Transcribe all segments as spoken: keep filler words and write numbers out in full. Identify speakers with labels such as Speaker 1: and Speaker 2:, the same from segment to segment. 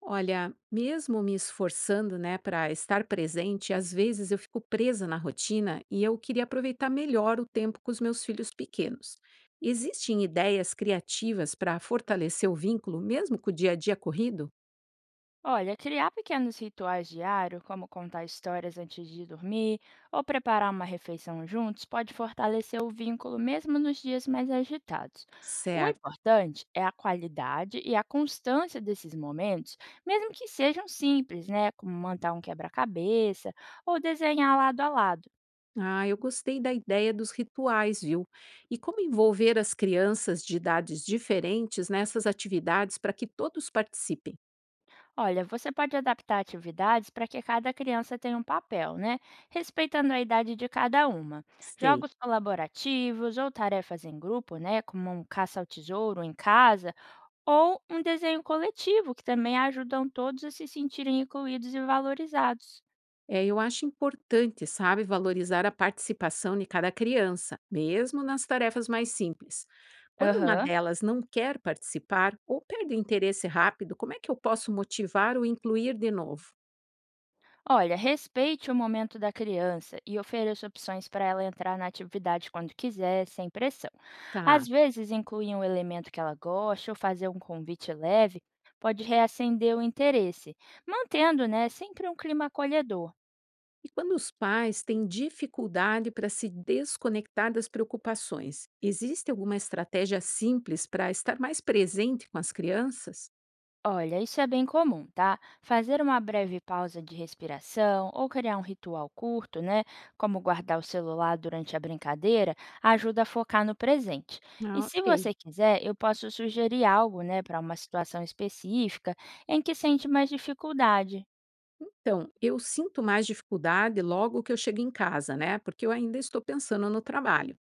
Speaker 1: Olha, mesmo me esforçando, né, para estar presente, às vezes eu fico presa na rotina e eu queria aproveitar melhor o tempo com os meus filhos pequenos. Existem ideias criativas para fortalecer o vínculo, mesmo com o dia a dia corrido?
Speaker 2: Olha, criar pequenos rituais diários, como contar histórias antes de dormir ou preparar uma refeição juntos, pode fortalecer o vínculo mesmo nos dias mais agitados. O
Speaker 1: Certo.
Speaker 2: importante é a qualidade e a constância desses momentos, mesmo que sejam simples, né? Como montar um quebra-cabeça ou desenhar lado a lado.
Speaker 1: Ah, eu gostei da ideia dos rituais, viu? E como envolver as crianças de idades diferentes nessas atividades para que todos participem?
Speaker 2: Olha, você pode adaptar atividades para que cada criança tenha um papel, né? Respeitando a idade de cada uma.
Speaker 1: Sei.
Speaker 2: Jogos colaborativos ou tarefas em grupo, né? Como um caça ao tesouro em casa, ou um desenho coletivo, que também ajudam todos a se sentirem incluídos e valorizados.
Speaker 1: É, eu acho importante, sabe, valorizar a participação de cada criança, mesmo nas tarefas mais simples. Quando uma
Speaker 2: Aham.
Speaker 1: delas não quer participar ou perde o interesse rápido, como é que eu posso motivar ou incluir de novo?
Speaker 2: Olha, respeite o momento da criança e ofereça opções para ela entrar na atividade quando quiser, sem pressão.
Speaker 1: Tá.
Speaker 2: Às vezes, incluir um elemento que ela gosta ou fazer um convite leve pode reacender o interesse, mantendo, né, sempre um clima acolhedor.
Speaker 1: E quando os pais têm dificuldade para se desconectar das preocupações, existe alguma estratégia simples para estar mais presente com as crianças?
Speaker 2: Olha, isso é bem comum, tá? Fazer uma breve pausa de respiração ou criar um ritual curto, né, como guardar o celular durante a brincadeira, ajuda a focar no presente. E
Speaker 1: Ah,
Speaker 2: se
Speaker 1: ok.
Speaker 2: você quiser, eu posso sugerir algo, né, para uma situação específica em que sente mais dificuldade.
Speaker 1: Então, eu sinto mais dificuldade logo que eu chego em casa, né? Porque eu ainda estou pensando no trabalho.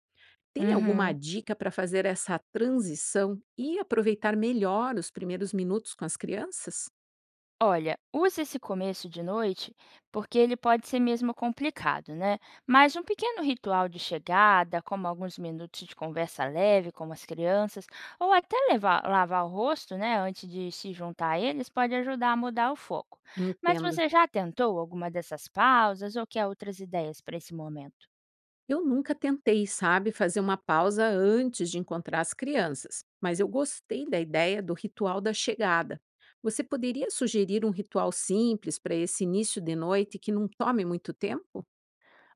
Speaker 1: Tem alguma
Speaker 2: Uhum.
Speaker 1: dica para fazer essa transição e aproveitar melhor os primeiros minutos com as crianças?
Speaker 2: Olha, use esse começo de noite, porque ele pode ser mesmo complicado, né? Mas um pequeno ritual de chegada, como alguns minutos de conversa leve com as crianças, ou até levar- lavar o rosto, né, antes de se juntar a eles, pode ajudar a mudar o foco. Mas
Speaker 1: Entendo.
Speaker 2: você já tentou alguma dessas pausas ou quer outras ideias para esse momento?
Speaker 1: Eu nunca tentei, sabe, fazer uma pausa antes de encontrar as crianças, mas eu gostei da ideia do ritual da chegada. Você poderia sugerir um ritual simples para esse início de noite que não tome muito tempo?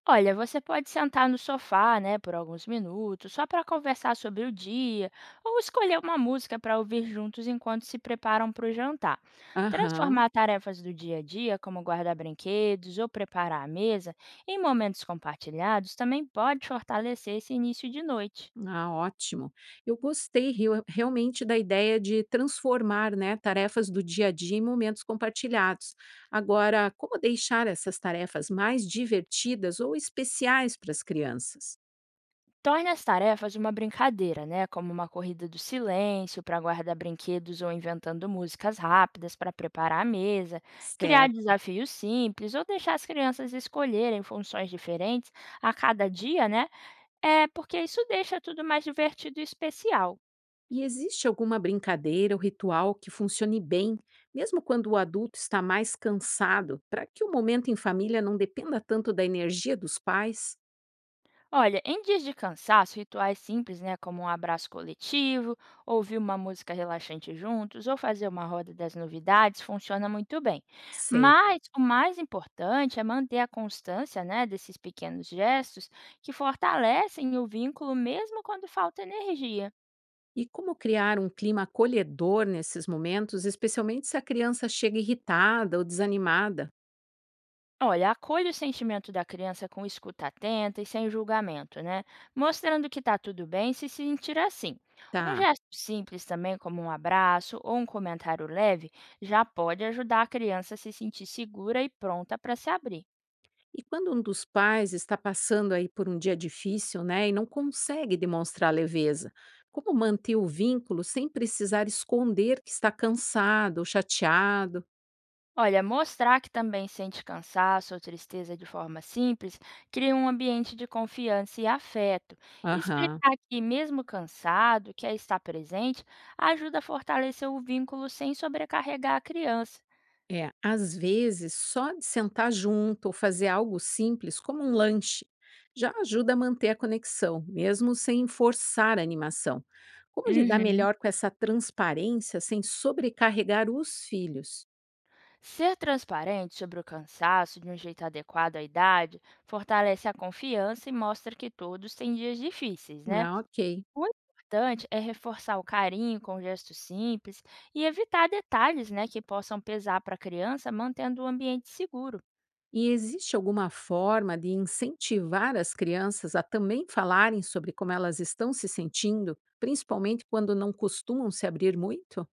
Speaker 2: Olha, você pode sentar no sofá, né, por alguns minutos, só para conversar sobre o dia, ou escolher uma música para ouvir juntos enquanto se preparam para o jantar.
Speaker 1: Aham.
Speaker 2: Transformar tarefas do dia a dia, como guardar brinquedos ou preparar a mesa, em momentos compartilhados também pode fortalecer esse início de noite.
Speaker 1: Ah, ótimo. Eu gostei rio- realmente da ideia de transformar, né, tarefas do dia a dia em momentos compartilhados. Agora, como deixar essas tarefas mais divertidas ou especiais para as crianças?
Speaker 2: Torne as tarefas uma brincadeira, né? Como uma corrida do silêncio para guardar brinquedos ou inventando músicas rápidas para preparar a mesa, criar
Speaker 1: Certo.
Speaker 2: desafios simples ou deixar as crianças escolherem funções diferentes a cada dia, né? É porque isso deixa tudo mais divertido e especial.
Speaker 1: E existe alguma brincadeira ou ritual que funcione bem, mesmo quando o adulto está mais cansado, para que o momento em família não dependa tanto da energia dos pais?
Speaker 2: Olha, em dias de cansaço, rituais simples, né, como um abraço coletivo, ouvir uma música relaxante juntos ou fazer uma roda das novidades, funciona muito bem.
Speaker 1: Sei.
Speaker 2: Mas o mais importante é manter a constância, né, desses pequenos gestos que fortalecem o vínculo mesmo quando falta energia.
Speaker 1: E como criar um clima acolhedor nesses momentos, especialmente se a criança chega irritada ou desanimada?
Speaker 2: Olha, acolha o sentimento da criança com escuta atenta e sem julgamento, né? Mostrando que está tudo bem se sentir assim. Um
Speaker 1: Tá.
Speaker 2: gesto simples também, como um abraço ou um comentário leve, já pode ajudar a criança a se sentir segura e pronta para se abrir.
Speaker 1: E quando um dos pais está passando aí por um dia difícil, né, e não consegue demonstrar leveza, como manter o vínculo sem precisar esconder que está cansado ou chateado?
Speaker 2: Olha, mostrar que também sente cansaço ou tristeza de forma simples cria um ambiente de confiança e afeto.
Speaker 1: Aham.
Speaker 2: Explicar que, mesmo cansado, quer estar presente ajuda a fortalecer o vínculo sem sobrecarregar a criança.
Speaker 1: É, às vezes, só de sentar junto ou fazer algo simples, como um lanche, já ajuda a manter a conexão, mesmo sem forçar a animação. Como lidar
Speaker 2: Uhum.
Speaker 1: melhor com essa transparência sem sobrecarregar os filhos?
Speaker 2: Ser transparente sobre o cansaço de um jeito adequado à idade fortalece a confiança e mostra que todos têm dias difíceis, né?
Speaker 1: Ah, ok.
Speaker 2: O importante é reforçar o carinho com gestos simples e evitar detalhes, né, que possam pesar para a criança, mantendo o ambiente seguro.
Speaker 1: E existe alguma forma de incentivar as crianças a também falarem sobre como elas estão se sentindo, principalmente quando não costumam se abrir muito?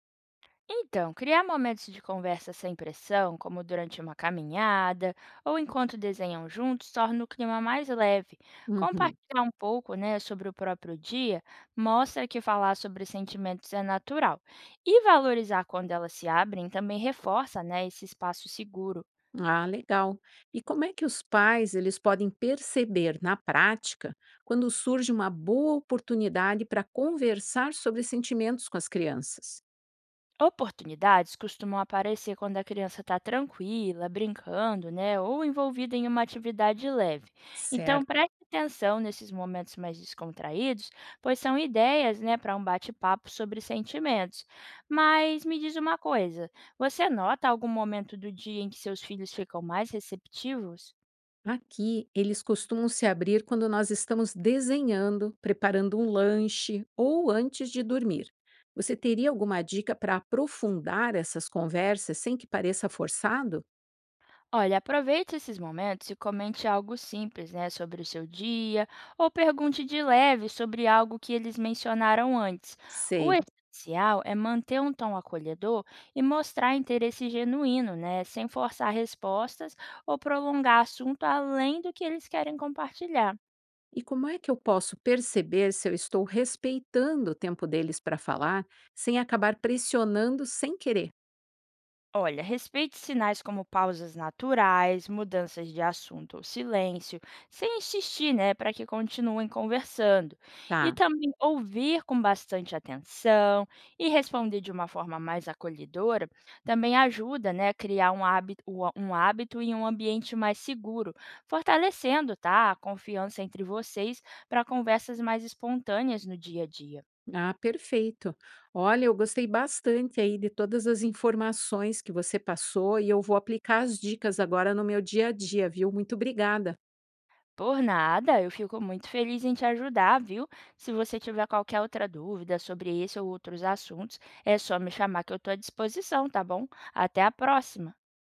Speaker 2: Então, criar momentos de conversa sem pressão, como durante uma caminhada ou enquanto desenham juntos, torna o clima mais leve.
Speaker 1: Uhum.
Speaker 2: Compartilhar um pouco, né, sobre o próprio dia mostra que falar sobre sentimentos é natural. E valorizar quando elas se abrem também reforça, né, esse espaço seguro.
Speaker 1: Ah, legal. E como é que os pais eles podem perceber na prática quando surge uma boa oportunidade para conversar sobre sentimentos com as crianças?
Speaker 2: Oportunidades costumam aparecer quando a criança está tranquila, brincando, né, ou envolvida em uma atividade leve. Então,
Speaker 1: Certo.
Speaker 2: preste atenção nesses momentos mais descontraídos, pois são ideias, né, para um bate-papo sobre sentimentos. Mas me diz uma coisa: você nota algum momento do dia em que seus filhos ficam mais receptivos?
Speaker 1: Aqui, eles costumam se abrir quando nós estamos desenhando, preparando um lanche ou antes de dormir. Você teria alguma dica para aprofundar essas conversas sem que pareça forçado?
Speaker 2: Olha, aproveite esses momentos e comente algo simples, né, sobre o seu dia, ou pergunte de leve sobre algo que eles mencionaram antes. O
Speaker 1: Sei.
Speaker 2: essencial é manter um tom acolhedor e mostrar interesse genuíno, né, sem forçar respostas ou prolongar assunto além do que eles querem compartilhar.
Speaker 1: E como é que eu posso perceber se eu estou respeitando o tempo deles para falar, sem acabar pressionando sem querer?
Speaker 2: Olha, respeite sinais como pausas naturais, mudanças de assunto ou silêncio, sem insistir, né, para que continuem conversando. E
Speaker 1: Tá.
Speaker 2: também ouvir com bastante atenção e responder de uma forma mais acolhedora também ajuda, né, a criar um hábito, um hábito e um ambiente mais seguro, fortalecendo, tá, a confiança entre vocês para conversas mais espontâneas no dia a dia.
Speaker 1: Ah, perfeito. Olha, eu gostei bastante aí de todas as informações que você passou e eu vou aplicar as dicas agora no meu dia a dia, viu? Muito obrigada.
Speaker 2: Por nada, eu fico muito feliz em te ajudar, viu? Se você tiver qualquer outra dúvida sobre esse ou outros assuntos, é só me chamar que eu estou à disposição, tá bom? Até a próxima!